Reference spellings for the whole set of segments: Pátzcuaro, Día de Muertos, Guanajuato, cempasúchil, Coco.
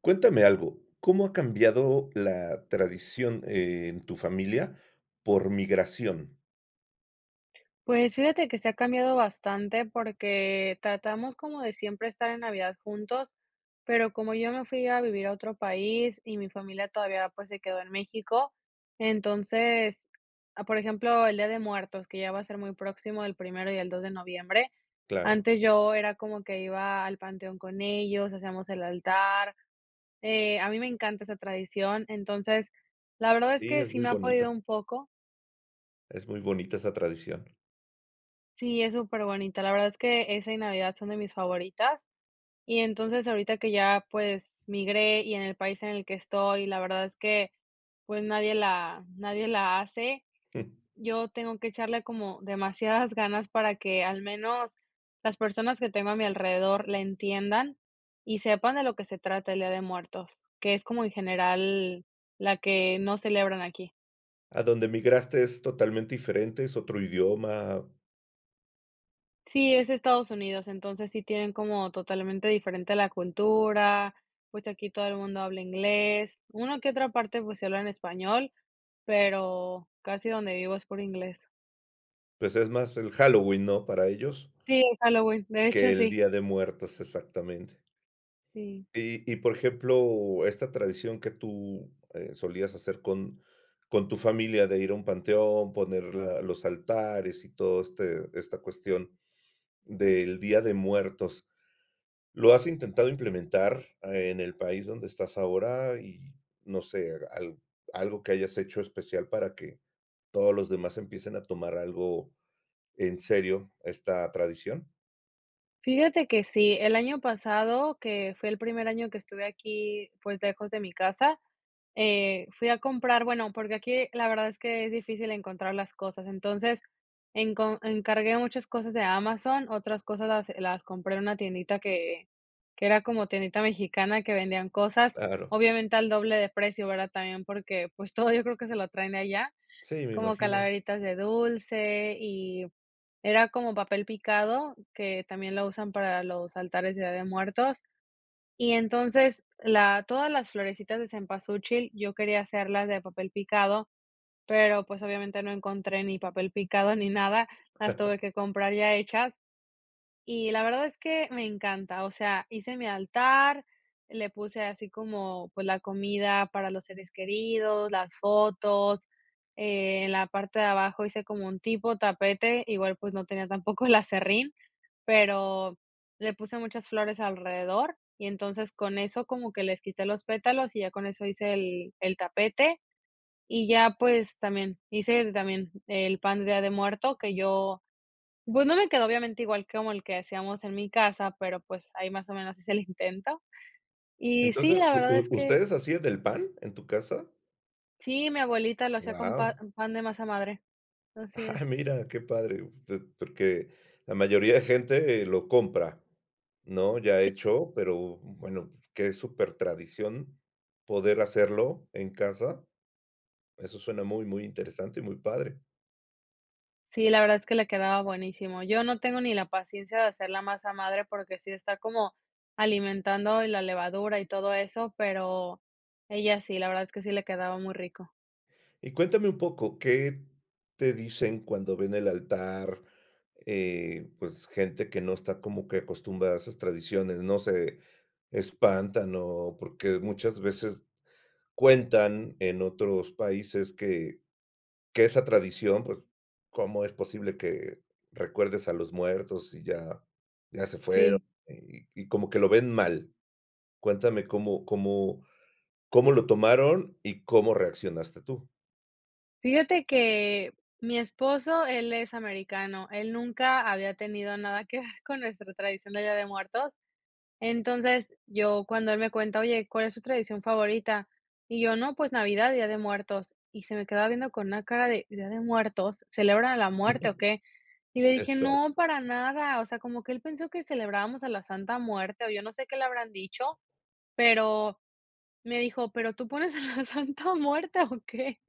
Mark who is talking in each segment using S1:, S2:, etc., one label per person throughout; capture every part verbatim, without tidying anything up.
S1: Cuéntame algo, ¿cómo ha cambiado la tradición eh, en tu familia por migración?
S2: Pues fíjate que se ha cambiado bastante porque tratamos como de siempre estar en Navidad juntos, pero como yo me fui a vivir a otro país y mi familia todavía pues se quedó en México, entonces, ah, por ejemplo, el Día de Muertos, que ya va a ser muy próximo, el primero y el dos de noviembre,
S1: Claro,
S2: antes yo era como que iba al panteón con ellos, hacíamos el altar, eh, a mí me encanta esa tradición, entonces, la verdad es
S1: sí,
S2: que
S1: es
S2: sí
S1: muy
S2: me ha
S1: bonita,
S2: podido un poco.
S1: es muy bonita esa tradición.
S2: Sí, es súper bonita. La verdad es que esa y Navidad son de mis favoritas. Y entonces ahorita que ya, pues, migré y en el país en el que estoy, la verdad es que, pues, nadie la nadie la hace.
S1: Mm.
S2: Yo tengo que echarle como demasiadas ganas para que al menos las personas que tengo a mi alrededor la entiendan y sepan de lo que se trata el Día de Muertos, que es como en general la que no celebran aquí.
S1: ¿A donde migraste es totalmente diferente, es otro idioma?
S2: Sí, es Estados Unidos, entonces sí tienen como totalmente diferente la cultura, pues aquí todo el mundo habla inglés, una que otra parte pues se habla en español, pero casi donde vivo es por inglés.
S1: Pues es más el Halloween, ¿no?, para ellos,
S2: Sí, es Halloween, de
S1: que
S2: hecho
S1: el
S2: sí,
S1: Día de Muertos, exactamente.
S2: sí.
S1: Y y, por ejemplo, esta tradición que tú, eh, solías hacer con con tu familia de ir a un panteón, poner la los altares y todo este esta cuestión, del Día de Muertos, ¿lo has intentado implementar eh, en el país donde estás ahora? Y no sé, al algo que hayas hecho especial para que todos los demás empiecen a tomar algo en serio esta tradición.
S2: Fíjate que sí, el año pasado, que fue el primer año que estuve aquí, pues, lejos de mi casa, eh, fui a comprar, bueno, porque aquí la verdad es que es difícil encontrar las cosas. Entonces, encon encargué muchas cosas de Amazon, otras cosas las las compré en una tiendita que que era como tiendita mexicana que vendían cosas,
S1: Claro,
S2: obviamente al doble de precio, ¿verdad? También porque, pues, todo yo creo que se lo traen de allá.
S1: sí, me
S2: Como
S1: imagino.
S2: calaveritas de dulce y era como papel picado, que también lo usan para los altares de Día de Muertos. Y entonces, la todas las florecitas de cempasúchil, yo quería hacerlas de papel picado, pero, pues, obviamente no encontré ni papel picado ni nada, las tuve que comprar ya hechas. Y la verdad es que me encanta, o sea, hice mi altar, le puse así como, pues, la comida para los seres queridos, las fotos, eh, en la parte de abajo hice como un tipo tapete, igual, pues, no tenía tampoco el aserrín, pero le puse muchas flores alrededor, y entonces con eso como que les quité los pétalos y ya con eso hice el el tapete, y ya, pues, también hice también el pan de Día de Muerto, que yo pues no me quedó obviamente igual como el que hacíamos en mi casa, pero pues ahí más o menos hice el intento. Y sí,
S1: Entonces,
S2: la
S1: ¿u
S2: verdad es
S1: u
S2: que
S1: ustedes hacían del pan en tu casa?
S2: sí, mi abuelita lo hacía con pa
S1: Wow.
S2: pan de masa madre, así es.
S1: Ah, mira, qué padre, te- porque la mayoría de gente lo compra, ¿no? Ya
S2: Sí,
S1: hecho, pero bueno, qué súper tradición poder hacerlo en casa. Eso suena muy, muy interesante y muy padre.
S2: sí, la verdad es que le quedaba buenísimo. Yo no tengo ni la paciencia de hacer la masa madre porque sí está como alimentando y la levadura y todo eso, pero ella sí, la verdad es que sí le quedaba muy rico.
S1: Y cuéntame un poco, ¿qué te dicen cuando ven el altar? Eh, pues gente que no está como que acostumbrada a esas tradiciones, no se espantan o porque muchas veces cuentan en otros países que Que esa tradición, pues, ¿cómo es posible que recuerdes a los muertos y ya ya se fueron?
S2: Sí.
S1: Y y como que lo ven mal. Cuéntame cómo cómo cómo lo tomaron y cómo reaccionaste tú.
S2: Fíjate que mi esposo, él es americano, él nunca había tenido nada que ver con nuestra tradición de Día de Muertos. Entonces, yo cuando él me cuenta, oye, ¿cuál es su tradición favorita? Y yo, no, pues Navidad, Día de Muertos. Y se me quedaba viendo con una cara de Día de Muertos, ¿celebran a la muerte o qué? Y le dije,
S1: Exacto.
S2: no, para nada. O sea, como que él pensó que celebrábamos a la Santa Muerte, o yo no sé qué le habrán dicho, pero me dijo, ¿pero tú pones a la Santa Muerte o qué?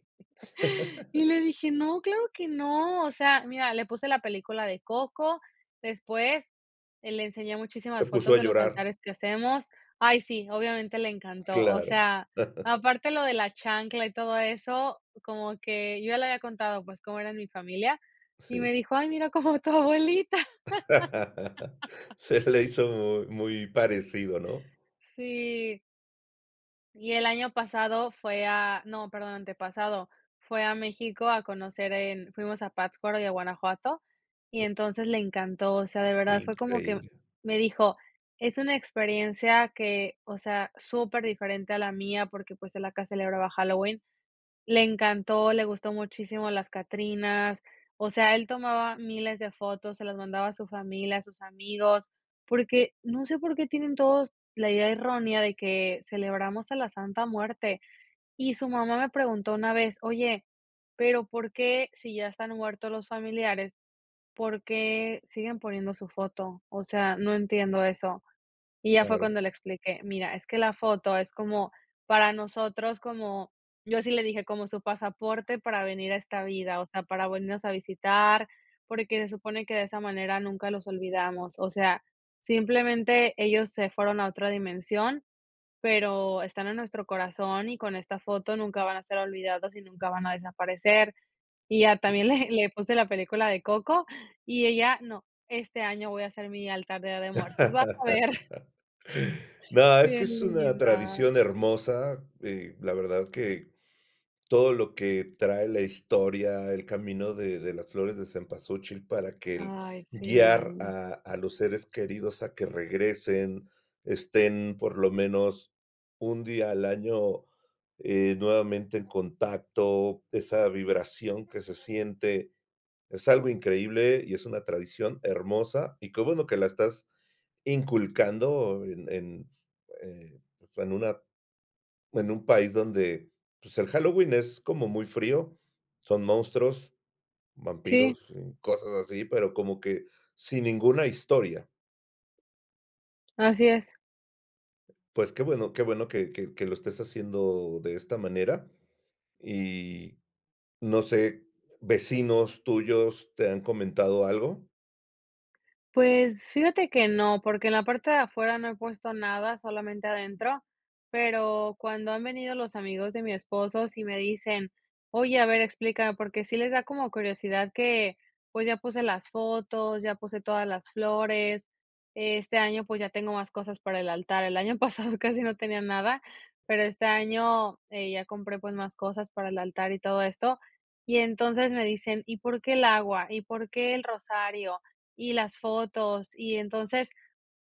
S2: Y le dije: "No, claro que no". O sea, mira, le puse la película de Coco, después, eh, le enseñé
S1: Se
S2: muchísimas
S1: puso
S2: fotos
S1: a
S2: de los
S1: llorar.
S2: altares que hacemos. Ay, sí, obviamente le encantó. O
S1: Claro,
S2: sea, aparte lo de la chancla y todo eso, como que yo ya le había contado, pues, cómo era en mi familia, y
S1: sí.
S2: me dijo: "Ay, mira, como tu abuelita".
S1: Se le hizo muy muy parecido, ¿no?
S2: Sí. Y el año pasado fue a no, perdón, antepasado, fue a México a conocer en fuimos a Pátzcuaro y a Guanajuato, y entonces le encantó, o sea, de verdad fue como que
S1: Increíble,
S2: me dijo: "Es una experiencia que, o sea, súper diferente a la mía", porque, pues, él acá celebraba Halloween, le encantó, le gustó muchísimo las Catrinas, o sea, él tomaba miles de fotos, se las mandaba a su familia, a sus amigos, porque no sé por qué tienen todos la idea errónea de que celebramos a la Santa Muerte. Y su mamá me preguntó una vez: "Oye, pero, ¿por qué si ya están muertos los familiares, por qué siguen poniendo su foto?". O sea, no entiendo eso. Y ya fue
S1: claro.
S2: cuando le expliqué, mira, es que la foto es como para nosotros, como yo sí le dije, como su pasaporte para venir a esta vida, o sea, para venirnos a visitar, porque se supone que de esa manera nunca los olvidamos. O sea, simplemente ellos se fueron a otra dimensión, pero están en nuestro corazón y con esta foto nunca van a ser olvidados y nunca van a desaparecer. Y ya también le, le puse la película de Coco y ella, no, este año voy a hacer mi altar de Día de muertos, vas a ver.
S1: No, es que
S2: Bien
S1: es una
S2: linda.
S1: tradición hermosa, eh, la verdad que todo lo que trae la historia, el camino de de las flores de cempasúchil para que el
S2: Ay,
S1: guiar
S2: sí.
S1: a a los seres queridos a que regresen, estén por lo menos un día al año, eh, nuevamente en contacto, esa vibración que se siente, es algo increíble y es una tradición hermosa, y qué bueno que la estás inculcando en en, eh, pues, en una, en un país donde, pues, el Halloween es como muy frío, son monstruos,
S2: Sí,
S1: vampiros, y cosas así, pero como que sin ninguna historia.
S2: así es.
S1: Pues qué bueno, qué bueno que que que lo estés haciendo de esta manera. Y no sé, ¿vecinos tuyos te han comentado algo?
S2: Pues, fíjate que no, porque en la parte de afuera no he puesto nada, solamente adentro, pero cuando han venido los amigos de mi esposo, sí me dicen: "Oye, a ver, explícame", porque sí les da como curiosidad que, pues, ya puse las fotos, ya puse todas las flores. Este año, pues, ya tengo más cosas para el altar. El año pasado casi no tenía nada, pero este año, eh, ya compré, pues, más cosas para el altar y todo esto. Y entonces me dicen: "¿Y por qué el agua? ¿Y por qué el rosario? Y las fotos, y entonces,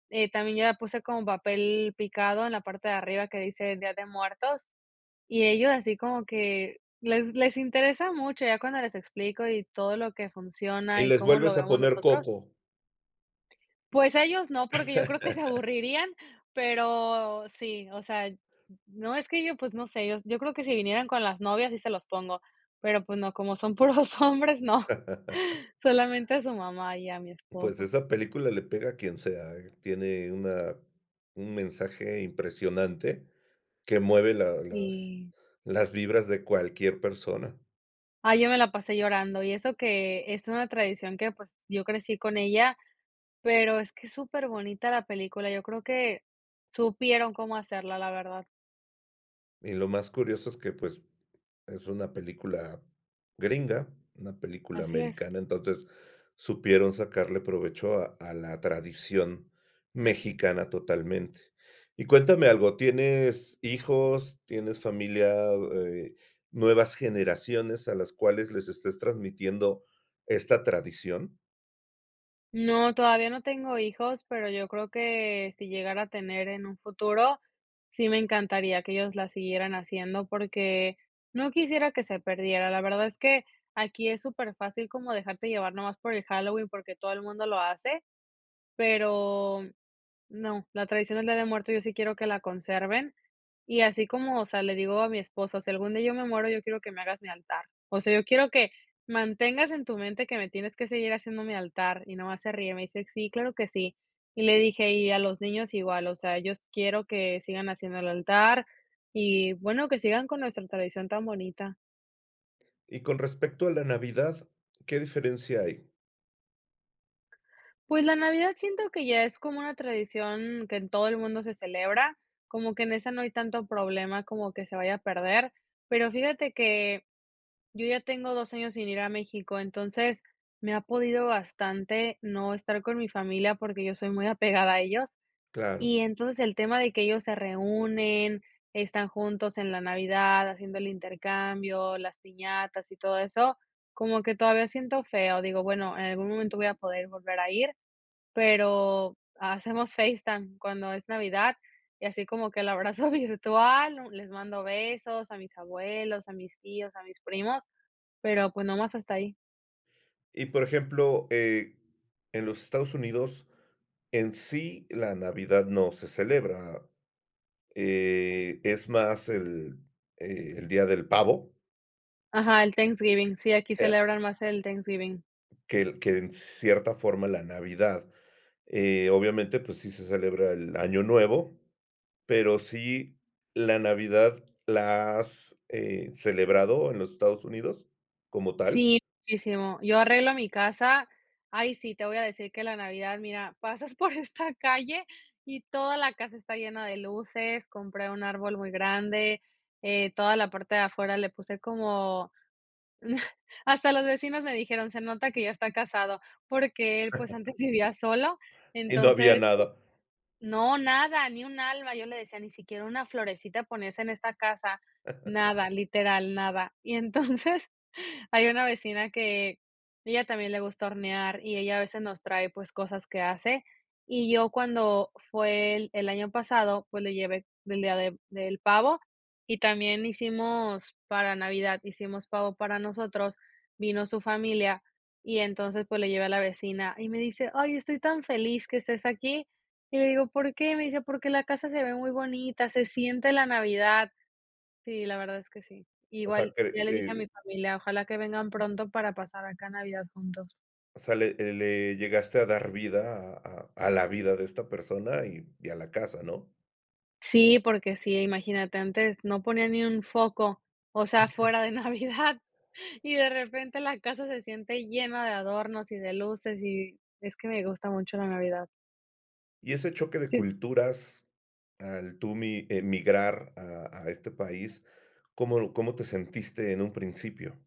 S2: eh, también yo la puse como papel picado en la parte de arriba que dice Día de Muertos, y ellos así como que les les interesa mucho, ya cuando les explico y todo lo que
S1: Y
S2: funciona y
S1: les
S2: cómo lo
S1: vuelves a
S2: vemos
S1: poner
S2: nosotros,
S1: Coco.
S2: pues ellos no, porque yo creo que se aburrirían, pero sí, o sea, no, es que yo, pues no sé, yo yo creo que si vinieran con las novias sí se los pongo, pero pues no, como son puros hombres, no, solamente a su mamá y a mi
S1: Pues
S2: esposo.
S1: esa película le pega a quien sea, ¿eh? Tiene una, un mensaje impresionante que mueve la las
S2: Sí.
S1: las vibras de cualquier persona.
S2: Ah, yo me la pasé llorando, y eso que es una tradición que, pues, yo crecí con ella, pero es que es superbonita la película, yo creo que supieron cómo hacerla, la verdad.
S1: Y lo más curioso es que, pues, es una película gringa, una película
S2: Así es.
S1: americana, entonces supieron sacarle provecho a a la tradición mexicana totalmente. Y cuéntame algo, ¿tienes hijos, tienes familia, eh, nuevas generaciones a las cuales les estés transmitiendo esta tradición?
S2: No, todavía no tengo hijos, pero yo creo que si llegara a tener en un futuro, sí me encantaría que ellos la siguieran haciendo, porque no quisiera que se perdiera. La verdad es que aquí es superfácil como dejarte llevar nomás por el Halloween, porque todo el mundo lo hace, pero no, la tradición del Día de Muertos yo sí quiero que la conserven, y así como, o sea, le digo a mi esposo: "Si algún día yo me muero, yo quiero que me hagas mi altar". O sea, yo quiero que mantengas en tu mente que me tienes que seguir haciendo mi altar, y nomás se ríe, me dice: "Sí, claro que sí". Y le dije: "Y a los niños igual, o sea, yo quiero que sigan haciendo el altar, y bueno, que sigan con nuestra tradición tan bonita".
S1: Y con respecto a la Navidad, ¿qué diferencia hay?
S2: Pues la Navidad siento que ya es como una tradición que en todo el mundo se celebra, como que en esa no hay tanto problema como que se vaya a perder, pero fíjate que yo ya tengo dos años sin ir a México, entonces me ha podido bastante no estar con mi familia porque yo soy muy apegada a ellos,
S1: Claro.
S2: y entonces el tema de que ellos se reúnen, están juntos en la Navidad haciendo el intercambio, las piñatas y todo eso, como que todavía siento feo, digo, bueno, en algún momento voy a poder volver a ir, pero hacemos FaceTime cuando es Navidad y así como que el abrazo virtual, ¿no? Les mando besos a mis abuelos, a mis tíos, a mis primos, pero, pues, nomás hasta ahí.
S1: Y, por ejemplo, eh, en los Estados Unidos, en sí, la Navidad no se celebra, eh, es más el, eh, el Día del Pavo,
S2: Ajá, el Thanksgiving, sí, aquí
S1: eh,
S2: celebran más el Thanksgiving.
S1: que el que en cierta forma la Navidad. Eh, obviamente, pues sí se celebra el Año Nuevo, pero sí, ¿la Navidad la has, eh, celebrado en los Estados Unidos como tal?
S2: Sí, muchísimo. Yo arreglo mi casa. Ay, sí, te voy a decir que la Navidad, mira, pasas por esta calle y toda la casa está llena de luces, compré un árbol muy grande, eh, toda la parte de afuera le puse como Hasta los vecinos me dijeron: "Se nota que ya está casado", porque él, pues, antes vivía solo,
S1: Y no había
S2: entonces,
S1: nada.
S2: no, nada, ni un alma. Yo le decía, ni siquiera una florecita ponías en esta casa. Nada, literal, nada. Y entonces hay una vecina que ella también le gusta hornear y ella a veces nos trae pues cosas que hace. Y yo cuando fue el, el año pasado, pues le llevé del día de- del pavo y también hicimos para Navidad, hicimos pavo para nosotros, vino su familia y entonces pues le llevé a la vecina y me dice, ay, estoy tan feliz que estés aquí y le digo: "¿Por qué?". Me dice: "Porque la casa se ve muy bonita, se siente la Navidad". Sí, la verdad es que sí.
S1: O sea,
S2: Igual
S1: que,
S2: ya le dije a
S1: eh
S2: mi familia: "Ojalá que vengan pronto para pasar acá Navidad juntos".
S1: o sea, le eh, le llegaste a dar vida a a a la vida de esta persona y y a la casa, ¿no?
S2: Sí, porque sí, imagínate, antes no ponía ni un foco, o sea, fuera de Navidad, y de repente la casa se siente llena de adornos y de luces, y es que me gusta mucho la Navidad.
S1: Y ese choque de
S2: Sí.
S1: culturas al tú mi emigrar a a este país, ¿cómo cómo te sentiste en un principio?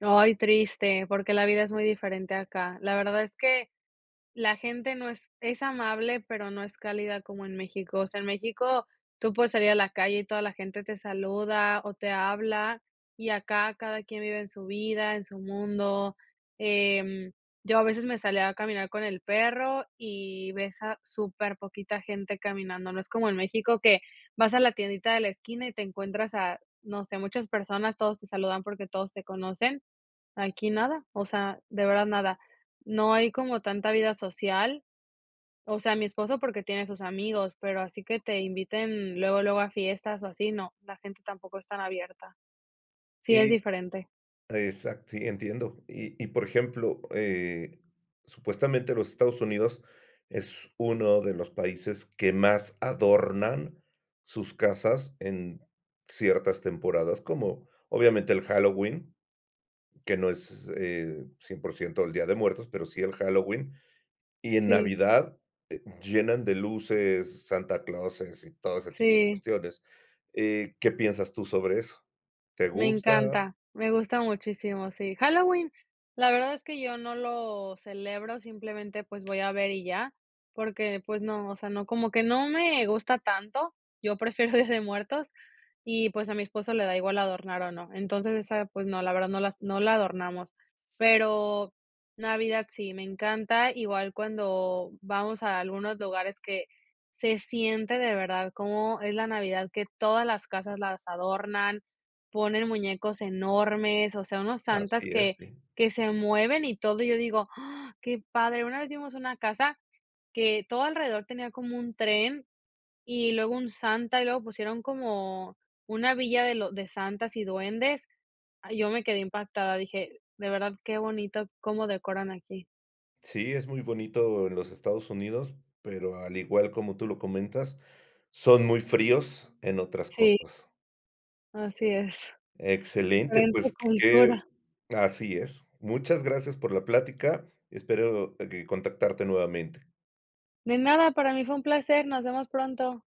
S2: Ay, triste, porque la vida es muy diferente acá. La verdad es que la gente no es es amable, pero no es cálida como en México. O sea, en México tú puedes salir a la calle y toda la gente te saluda o te habla, y acá cada quien vive en su vida, en su mundo. Em, yo a veces me salía a caminar con el perro y ves a súper poquita gente caminando. No es como en México que vas a la tiendita de la esquina y te encuentras a, no sé, muchas personas, todos te saludan porque todos te conocen. Aquí nada, o sea, de verdad nada. No hay como tanta vida social, o sea, mi esposo porque tiene sus amigos, pero así que te inviten luego, luego a fiestas o así, no, la gente tampoco es tan abierta. Sí, es
S1: Y
S2: diferente.
S1: exacto, sí, entiendo. Y y, por ejemplo, eh, supuestamente los Estados Unidos es uno de los países que más adornan sus casas en ciertas temporadas, como obviamente el Halloween, que no es, eh, cien por ciento el Día de Muertos, pero sí el Halloween, y en
S2: Sí,
S1: Navidad, eh, llenan de luces, Santa Clauses y todo ese tipo de
S2: sí.
S1: cuestiones, eh, ¿qué piensas tú sobre eso? ¿Te
S2: Me
S1: gusta?
S2: encanta, me gusta muchísimo, sí. Halloween, la verdad es que yo no lo celebro, simplemente, pues, voy a ver y ya, porque, pues, no, o sea, no, como que no me gusta tanto, yo prefiero Día de Muertos y, pues, a mi esposo le da igual adornar o no. Entonces, esa, pues, no, la verdad no las no la adornamos. Pero Navidad sí, me encanta, igual cuando vamos a algunos lugares que se siente de verdad cómo es la Navidad, que todas las casas las adornan, ponen muñecos enormes, o sea, unos
S1: Así
S2: santas
S1: es,
S2: que
S1: sí.
S2: que se mueven y todo, y yo digo: "¡Ah, qué padre!". Una vez vimos una casa que todo alrededor tenía como un tren, y luego un santa, y luego pusieron como una villa de lo de santas y duendes. Ay, yo me quedé impactada, dije: "De verdad, qué bonito cómo decoran aquí".
S1: Sí, es muy bonito en los Estados Unidos, pero al igual como tú lo comentas, son muy fríos en otras
S2: Sí,
S1: cosas.
S2: así es.
S1: Excelente,
S2: Diferente
S1: pues que
S2: cultura.
S1: así es. Muchas gracias por la plática, espero, eh, que contactarte nuevamente.
S2: De nada, para mí fue un placer, nos vemos pronto.